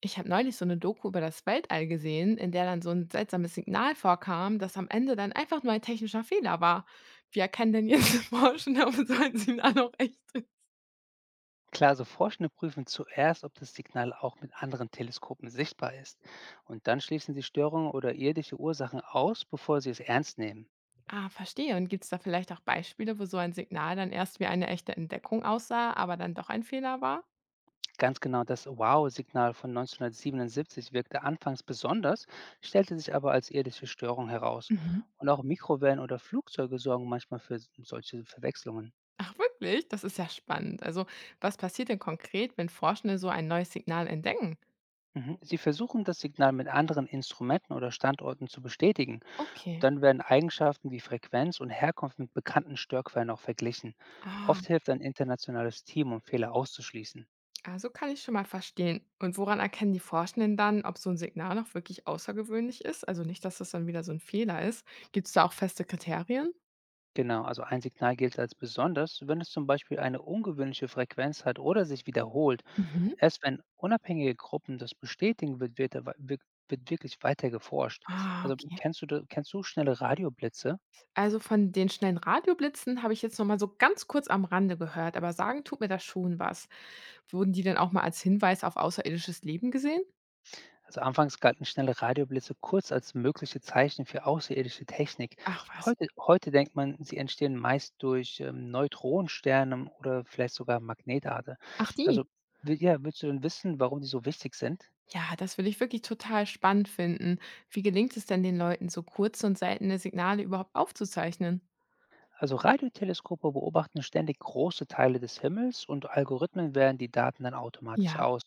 Ich habe neulich so eine Doku über das Weltall gesehen, in der dann so ein seltsames Signal vorkam, das am Ende dann einfach nur ein technischer Fehler war. Wie erkennen denn jetzt Forschende, ob so ein Signal auch echt ist? Klar, so Forschende prüfen zuerst, ob das Signal auch mit anderen Teleskopen sichtbar ist. Und dann schließen sie Störungen oder irdische Ursachen aus, bevor sie es ernst nehmen. Ah, verstehe. Und gibt es da vielleicht auch Beispiele, wo so ein Signal dann erst wie eine echte Entdeckung aussah, aber dann doch ein Fehler war? Ganz genau, das Wow-Signal von 1977 wirkte anfangs besonders, stellte sich aber als irdische Störung heraus. Mhm. Und auch Mikrowellen oder Flugzeuge sorgen manchmal für solche Verwechslungen. Ach wirklich? Das ist ja spannend. Also, was passiert denn konkret, wenn Forschende so ein neues Signal entdecken? Mhm. Sie versuchen, das Signal mit anderen Instrumenten oder Standorten zu bestätigen. Okay. Dann werden Eigenschaften wie Frequenz und Herkunft mit bekannten Störquellen auch verglichen. Ah. Oft hilft ein internationales Team, um Fehler auszuschließen. Also kann ich schon mal verstehen. Und woran erkennen die Forschenden dann, ob so ein Signal noch wirklich außergewöhnlich ist? Also nicht, dass das dann wieder so ein Fehler ist. Gibt es da auch feste Kriterien? Genau, also ein Signal gilt als besonders, wenn es zum Beispiel eine ungewöhnliche Frequenz hat oder sich wiederholt. Mhm. Erst wenn unabhängige Gruppen das bestätigen, wird wirklich weiter geforscht. Ah, Also okay. kennst du, kennst du schnelle Radioblitze? Also von den schnellen Radioblitzen habe ich jetzt noch mal so ganz kurz am Rande gehört, aber sagen tut mir das schon was. Wurden die denn auch mal als Hinweis auf außerirdisches Leben gesehen? Also anfangs galten schnelle Radioblitze kurz als mögliche Zeichen für außerirdische Technik. Ach was. Heute denkt man, sie entstehen meist durch Neutronensterne oder vielleicht sogar Magnetarte. Ach die. Also willst du denn wissen, warum die so wichtig sind? Ja, das will ich wirklich total spannend finden. Wie gelingt es denn den Leuten, so kurze und seltene Signale überhaupt aufzuzeichnen? Also Radioteleskope beobachten ständig große Teile des Himmels und Algorithmen wählen die Daten dann automatisch Ja. aus.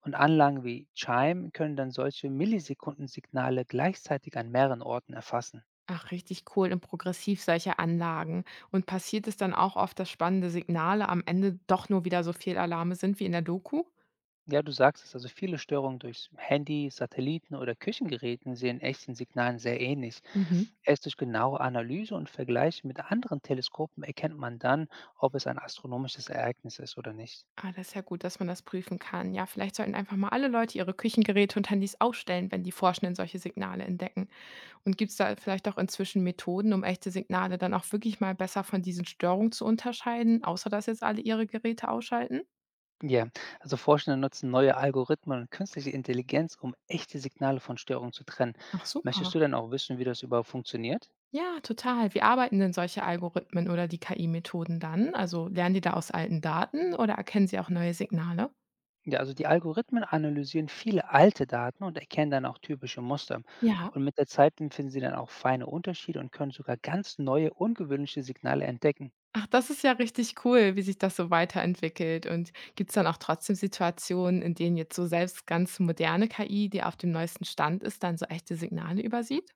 Und Anlagen wie Chime können dann solche Millisekundensignale gleichzeitig an mehreren Orten erfassen. Ach, richtig cool und progressiv solche Anlagen. Und passiert es dann auch oft, dass spannende Signale am Ende doch nur wieder so Fehlalarme sind wie in der Doku? Ja, du sagst es, also viele Störungen durch Handy, Satelliten oder Küchengeräten sehen echten Signalen sehr ähnlich. Mhm. Erst durch genaue Analyse und Vergleich mit anderen Teleskopen erkennt man dann, ob es ein astronomisches Ereignis ist oder nicht. Ah, das ist ja gut, dass man das prüfen kann. Ja, vielleicht sollten einfach mal alle Leute ihre Küchengeräte und Handys ausstellen, wenn die Forschenden solche Signale entdecken. Und gibt es da vielleicht auch inzwischen Methoden, um echte Signale dann auch wirklich mal besser von diesen Störungen zu unterscheiden, außer dass jetzt alle ihre Geräte ausschalten? Ja, also Forschende nutzen neue Algorithmen und künstliche Intelligenz, um echte Signale von Störungen zu trennen. Ach super. Möchtest du dann auch wissen, wie das überhaupt funktioniert? Ja, total. Wie arbeiten denn solche Algorithmen oder die KI-Methoden dann? Also lernen die da aus alten Daten oder erkennen sie auch neue Signale? Ja, also die Algorithmen analysieren viele alte Daten und erkennen dann auch typische Muster. Ja. Und mit der Zeit dann finden sie dann auch feine Unterschiede und können sogar ganz neue, ungewöhnliche Signale entdecken. Ach, das ist ja richtig cool, wie sich das so weiterentwickelt. Und gibt es dann auch trotzdem Situationen, in denen jetzt so selbst ganz moderne KI, die auf dem neuesten Stand ist, dann so echte Signale übersieht?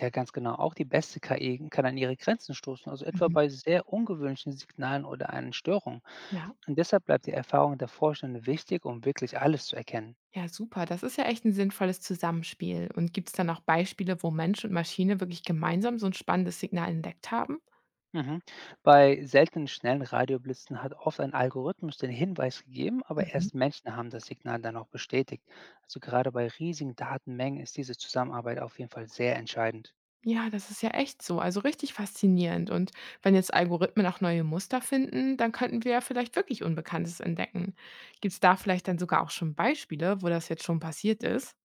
Ja, ganz genau. Auch die beste KI kann an ihre Grenzen stoßen, also etwa Mhm. bei sehr ungewöhnlichen Signalen oder einer Störung. Ja. Und deshalb bleibt die Erfahrung der Forschenden wichtig, um wirklich alles zu erkennen. Ja, super. Das ist ja echt ein sinnvolles Zusammenspiel. Und gibt es dann auch Beispiele, wo Mensch und Maschine wirklich gemeinsam so ein spannendes Signal entdeckt haben? Mhm. Bei seltenen schnellen Radioblitzen hat oft ein Algorithmus den Hinweis gegeben, aber Mhm. erst Menschen haben das Signal dann auch bestätigt. Also gerade bei riesigen Datenmengen ist diese Zusammenarbeit auf jeden Fall sehr entscheidend. Ja, das ist ja echt so. Also richtig faszinierend. Und wenn jetzt Algorithmen auch neue Muster finden, dann könnten wir ja vielleicht wirklich Unbekanntes entdecken. Gibt es da vielleicht dann sogar auch schon Beispiele, wo das jetzt schon passiert ist?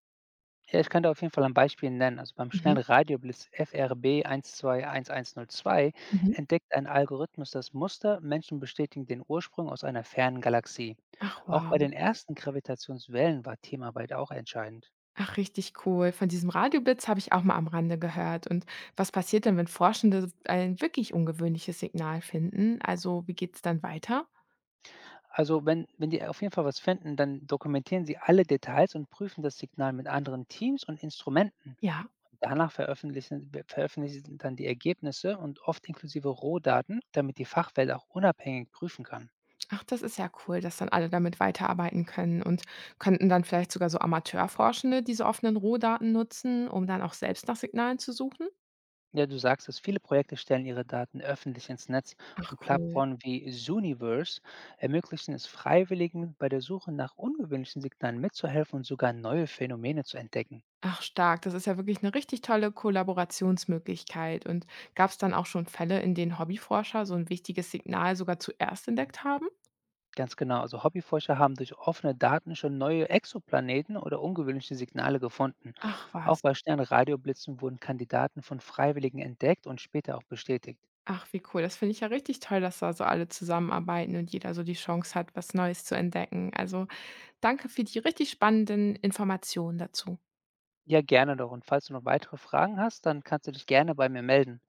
Ja, ich könnte auf jeden Fall ein Beispiel nennen. Also beim schnellen Mhm. Radioblitz FRB 121102 Mhm. entdeckt ein Algorithmus das Muster, Menschen bestätigen den Ursprung aus einer fernen Galaxie. Ach Auch bei wow. den ersten Gravitationswellen war Teamarbeit auch entscheidend. Ach, richtig cool. Von diesem Radioblitz habe ich auch mal am Rande gehört. Und was passiert denn, wenn Forschende ein wirklich ungewöhnliches Signal finden? Also wie geht es dann weiter? Also, wenn die auf jeden Fall was finden, dann dokumentieren sie alle Details und prüfen das Signal mit anderen Teams und Instrumenten. Ja. Danach veröffentlichen sie dann die Ergebnisse und oft inklusive Rohdaten, damit die Fachwelt auch unabhängig prüfen kann. Ach, das ist ja cool, dass dann alle damit weiterarbeiten können. Und könnten dann vielleicht sogar so Amateurforschende diese offenen Rohdaten nutzen, um dann auch selbst nach Signalen zu suchen? Ja, du sagst es, viele Projekte stellen ihre Daten öffentlich ins Netz Ach und cool. Plattformen wie Zooniverse ermöglichen es Freiwilligen, bei der Suche nach ungewöhnlichen Signalen mitzuhelfen und sogar neue Phänomene zu entdecken. Ach stark, das ist ja wirklich eine richtig tolle Kollaborationsmöglichkeit. Und gab es dann auch schon Fälle, in denen Hobbyforscher so ein wichtiges Signal sogar zuerst entdeckt haben? Ganz genau. Also Hobbyforscher haben durch offene Daten schon neue Exoplaneten oder ungewöhnliche Signale gefunden. Ach Auch was. bei Sternradioblitzen wurden Kandidaten von Freiwilligen entdeckt und später auch bestätigt. Ach, wie cool. Das finde ich ja richtig toll, dass da so alle zusammenarbeiten und jeder so die Chance hat, was Neues zu entdecken. Also danke für die richtig spannenden Informationen dazu. Ja, gerne doch. Und falls du noch weitere Fragen hast, dann kannst du dich gerne bei mir melden.